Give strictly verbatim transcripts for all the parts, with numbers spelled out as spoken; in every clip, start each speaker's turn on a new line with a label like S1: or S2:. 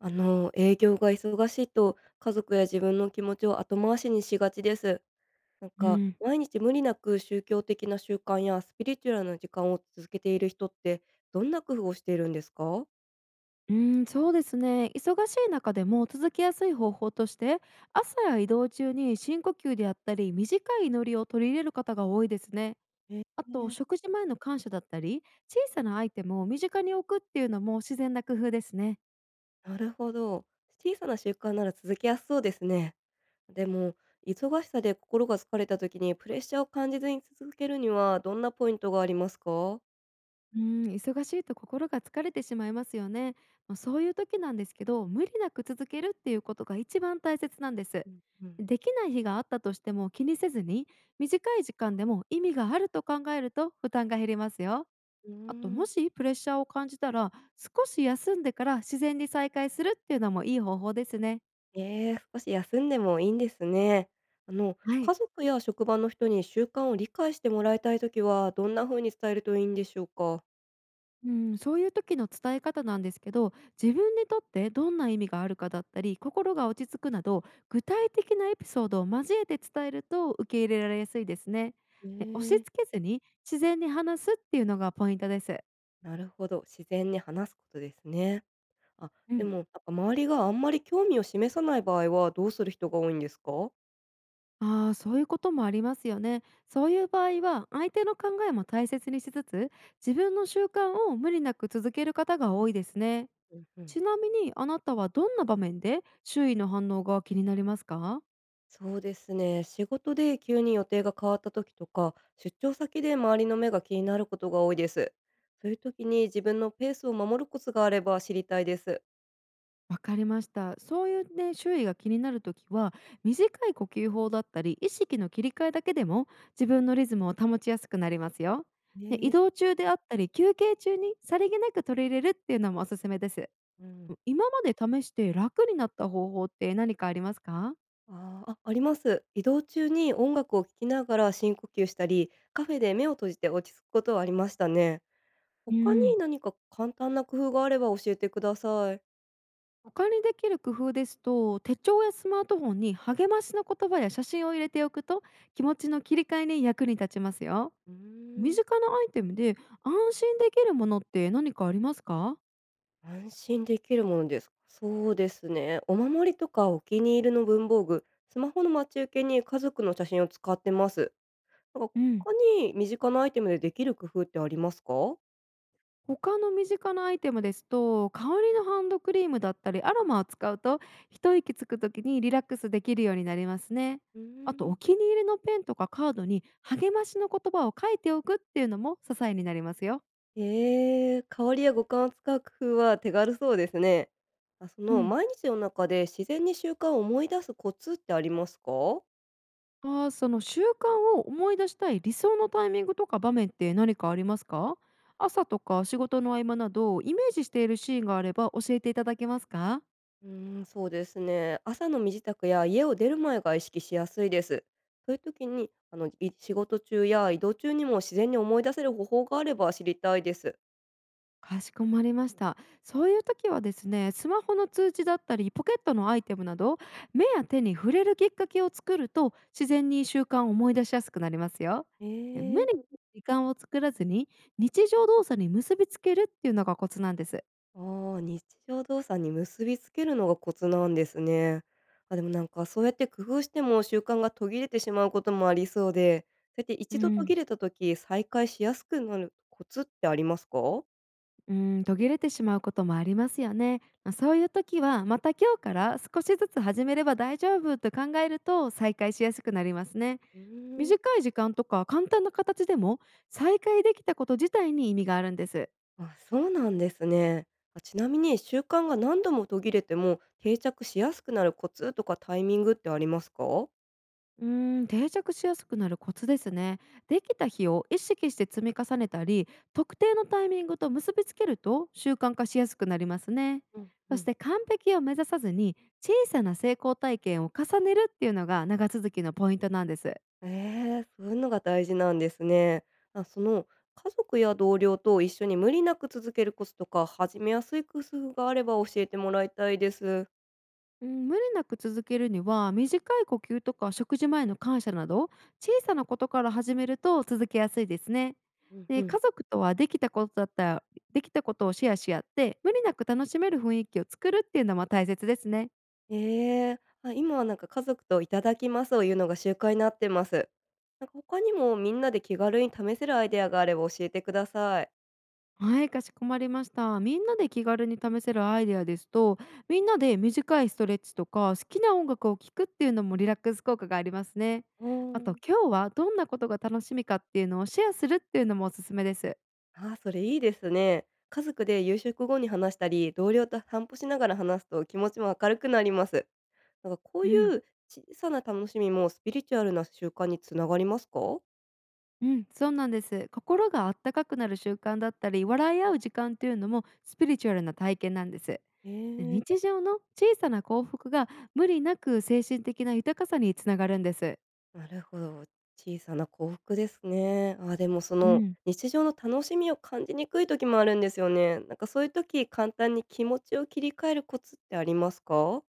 S1: あの、営業が忙しいと、家族や自分の気持ちを後回しにしがちです。なん
S2: う
S1: か、
S2: ん、
S1: 毎日無理なく宗教的な習慣やスピリチュアルな時間を続けている人って、どんな工夫をしているんですか？
S2: うん、そうですね。忙しい中でも続けやすい方法として、朝や移動中に深呼吸であったり、短い祈りを取り入れる方が多いですね。
S1: え
S2: あと、
S1: ー
S2: 食事前の感謝だったり、小さなアイテムを身近に置くっていうのも自然な工夫ですね。
S1: なるほど。小さな習慣なら続けやすそうですね。でも、忙しさで心が疲れた時にプレッシャーを感じずに続けるには、どんなポイントがありますか？
S2: うん、忙しいと心が疲れてしまいますよね。まあそういう時なんですけど、無理なく続けるっていうことが一番大切なんです。
S1: うん、うん。
S2: できない日があったとしても気にせずに、短い時間でも意味があると考えると負担が減りますよ。
S1: うー
S2: あと、も
S1: ん。
S2: しプレッシャーを感じたら、少し休んでから自然に再開するっていうのもいい方法ですね。
S1: ええ、少し休んでもいいんですね。あの、
S2: はい。
S1: 家族や職場の人に習慣を理解してもらいたいときは、どんな風に伝えるといいんでしょうか？
S2: うん、そういう時の伝え方なんですけど、自分にとってどんな意味があるかだったり心が落ち着くなど具体的なエピソードを交えて伝えると受け入れられやすいですね。
S1: え
S2: で、押し
S1: え、
S2: 付けずに自然に話すっていうのがポイントです。
S1: なるほど、自然に話すことですね。あ、
S2: う
S1: で
S2: ん、
S1: も、なんか周りがあんまり興味を示さない場合は、どうする人が多いんですか？
S2: ああそういうこともありますよね。そういう場合は相手の考えも大切にしつつ、自分の習慣を無理なく続ける方が多いですね。
S1: うんうん。
S2: ちなみに、あなたはどんな場面で周囲の反応が気になりますか？
S1: そうですね、仕事で急に予定が変わった時とか、出張先で周りの目が気になることが多いです。そういう時に自分のペースを守るコツがあれば知りたいです。
S2: わかりました。そういうね、周囲が気になるときは、短い呼吸法だったり、意識の切り替えだけでも自分のリズムを保ちやすくなりますよ。で、
S1: え
S2: 移
S1: え。
S2: 動中であったり、休憩中にさりげなく取り入れるっていうのもおすすめです。
S1: うん。
S2: 今まで試して楽になった方法って何かありますか？
S1: ああ、あ、あります。移動中に音楽を聴きながら深呼吸したり、カフェで目を閉じて落ち着くことはありましたね。
S2: う
S1: 他に
S2: ん、
S1: 何か簡単な工夫があれば教えてください。
S2: 他にできる工夫ですと、手帳やスマートフォンに励ましの言葉や写真を入れておくと気持ちの切り替えに役に立ちますよ。
S1: うー
S2: 身
S1: ん。
S2: 近なアイテムで安心できるものって何かありますか？
S1: 安心できるものですか。そうですね。お守りとかお気に入りの文房具、スマホの待ち受けに家族の写真を使ってます。なんか
S2: うん、
S1: 他に身近なアイテムでできる工夫ってありますか？
S2: 他の身近なアイテムですと、香りのハンドクリームだったりアロマを使うと一息つくときにリラックスできるようになりますね。
S1: うー
S2: あと、
S1: ん。
S2: お気に入りのペンとかカードに励ましの言葉を書いておくっていうのも支えになりますよ。
S1: へえー、香りや五感を使う工夫は手軽そうですね。あ、そ
S2: う
S1: の
S2: ん、
S1: 毎日の中で自然に習慣を思い出すコツってありますか？
S2: あーその習慣を思い出したい理想のタイミングとか場面って何かありますか？朝とか仕事の合間などイメージしているシーンがあれば教えていただけますか？
S1: うーん、そうですね。朝の身支度や家を出る前が意識しやすいです。そういう時に、あの、い仕事中や移動中にも自然に思い出せる方法があれば知りたいです。
S2: かしこまりました。そういう時はですね、スマホの通知だったり、ポケットのアイテムなど、目や手に触れるきっかけを作ると、自然に習慣を思い出しやすくなりますよ。
S1: へ
S2: で、無
S1: えー。
S2: 理に時間を作らずに、日常動作に結びつけるっていうのがコツなんです。
S1: ああ、日常動作に結びつけるのがコツなんですね。あ、でもなんかそうやって工夫しても習慣が途切れてしまうこともありそうで、そうやって
S2: う
S1: 一度途
S2: ん、
S1: 切れた時、再開しやすくなるコツってありますか？
S2: うん、途切れてしまうこともありますよね。まあそういう時は、また今日から少しずつ始めれば大丈夫と考えると再開しやすくなりますね。
S1: うーん。
S2: 短い時間とか簡単な形でも再開できたこと自体に意味があるんです。
S1: あ、そうなんですね。あ、ちなみに習慣が何度も途切れても定着しやすくなるコツとかタイミングってありますか？
S2: うーん、定着しやすくなるコツですね。できた日を意識して積み重ねたり、特定のタイミングと結びつけると習慣化しやすくなりますね。
S1: うんう
S2: そし
S1: ん。
S2: て完璧を目指さずに、小さな成功体験を重ねるっていうのが長続きのポイントなんです。
S1: ええ、そういうのが大事なんですね。あ、その、家族や同僚と一緒に無理なく続けるコツとか、始めやすい工夫があれば教えてもらいたいです。
S2: うん、無理なく続けるには短い呼吸とか食事前の感謝など、小さなことから始めると続けやすいですね。
S1: うんう
S2: で、
S1: ん。
S2: 家族とはできたことだったら、できたことをシェアし合って無理なく楽しめる雰囲気を作るっていうのも大切ですね。
S1: ええ、あ、今はなんか家族といただきますを言うのが習慣になってます。なんか他にもみんなで気軽に試せるアイデアがあれば教えてください。
S2: はい、かしこまりました。みんなで気軽に試せるアイデアですと、みんなで短いストレッチとか好きな音楽を聴くっていうのもリラックス効果がありますね。
S1: う
S2: あと、
S1: ん。
S2: 今日はどんなことが楽しみかっていうのをシェアするっていうのもおすすめです。
S1: あ、それいいですね。家族で夕食後に話したり、同僚と散歩しながら話すと気持ちも明るくなります。なんかこう
S2: うん
S1: いう小さな楽しみもスピリチュアルな習慣につながりますか？
S2: うん、そうなんです。心があったかくなる習慣だったり、笑い合う時間というのもスピリチュアルな体験なんです。
S1: え
S2: で、
S1: え、
S2: 日常の小さな幸福が無理なく精神的な豊かさにつながるんです。
S1: なるほど。小さな幸福ですね。あ、でもそ
S2: う
S1: の
S2: ん。
S1: 日常の楽しみを感じにくい時もあるんですよね。なんかそういう時、簡単に気持ちを切り替えるコツってありますか？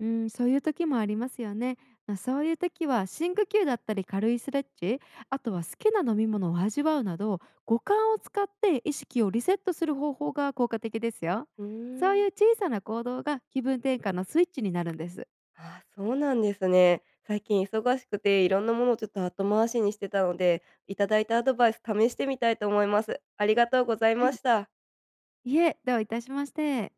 S2: うん、そういう時もありますよね。まあそういう時は深呼吸だったり軽いストレッチ、あとは好きな飲み物を味わうなど、五感を使って意識をリセットする方法が効果的ですよ。
S1: うー
S2: そう
S1: ん。
S2: いう小さな行動が気分転換のスイッチになるんです。
S1: ああ、そうなんですね。最近忙しくていろんなものをちょっと後回しにしてたので、いただいたアドバイス試してみたいと思います。ありがとうござい
S2: は
S1: ま
S2: い。
S1: した。
S2: いえ、どういたしまして。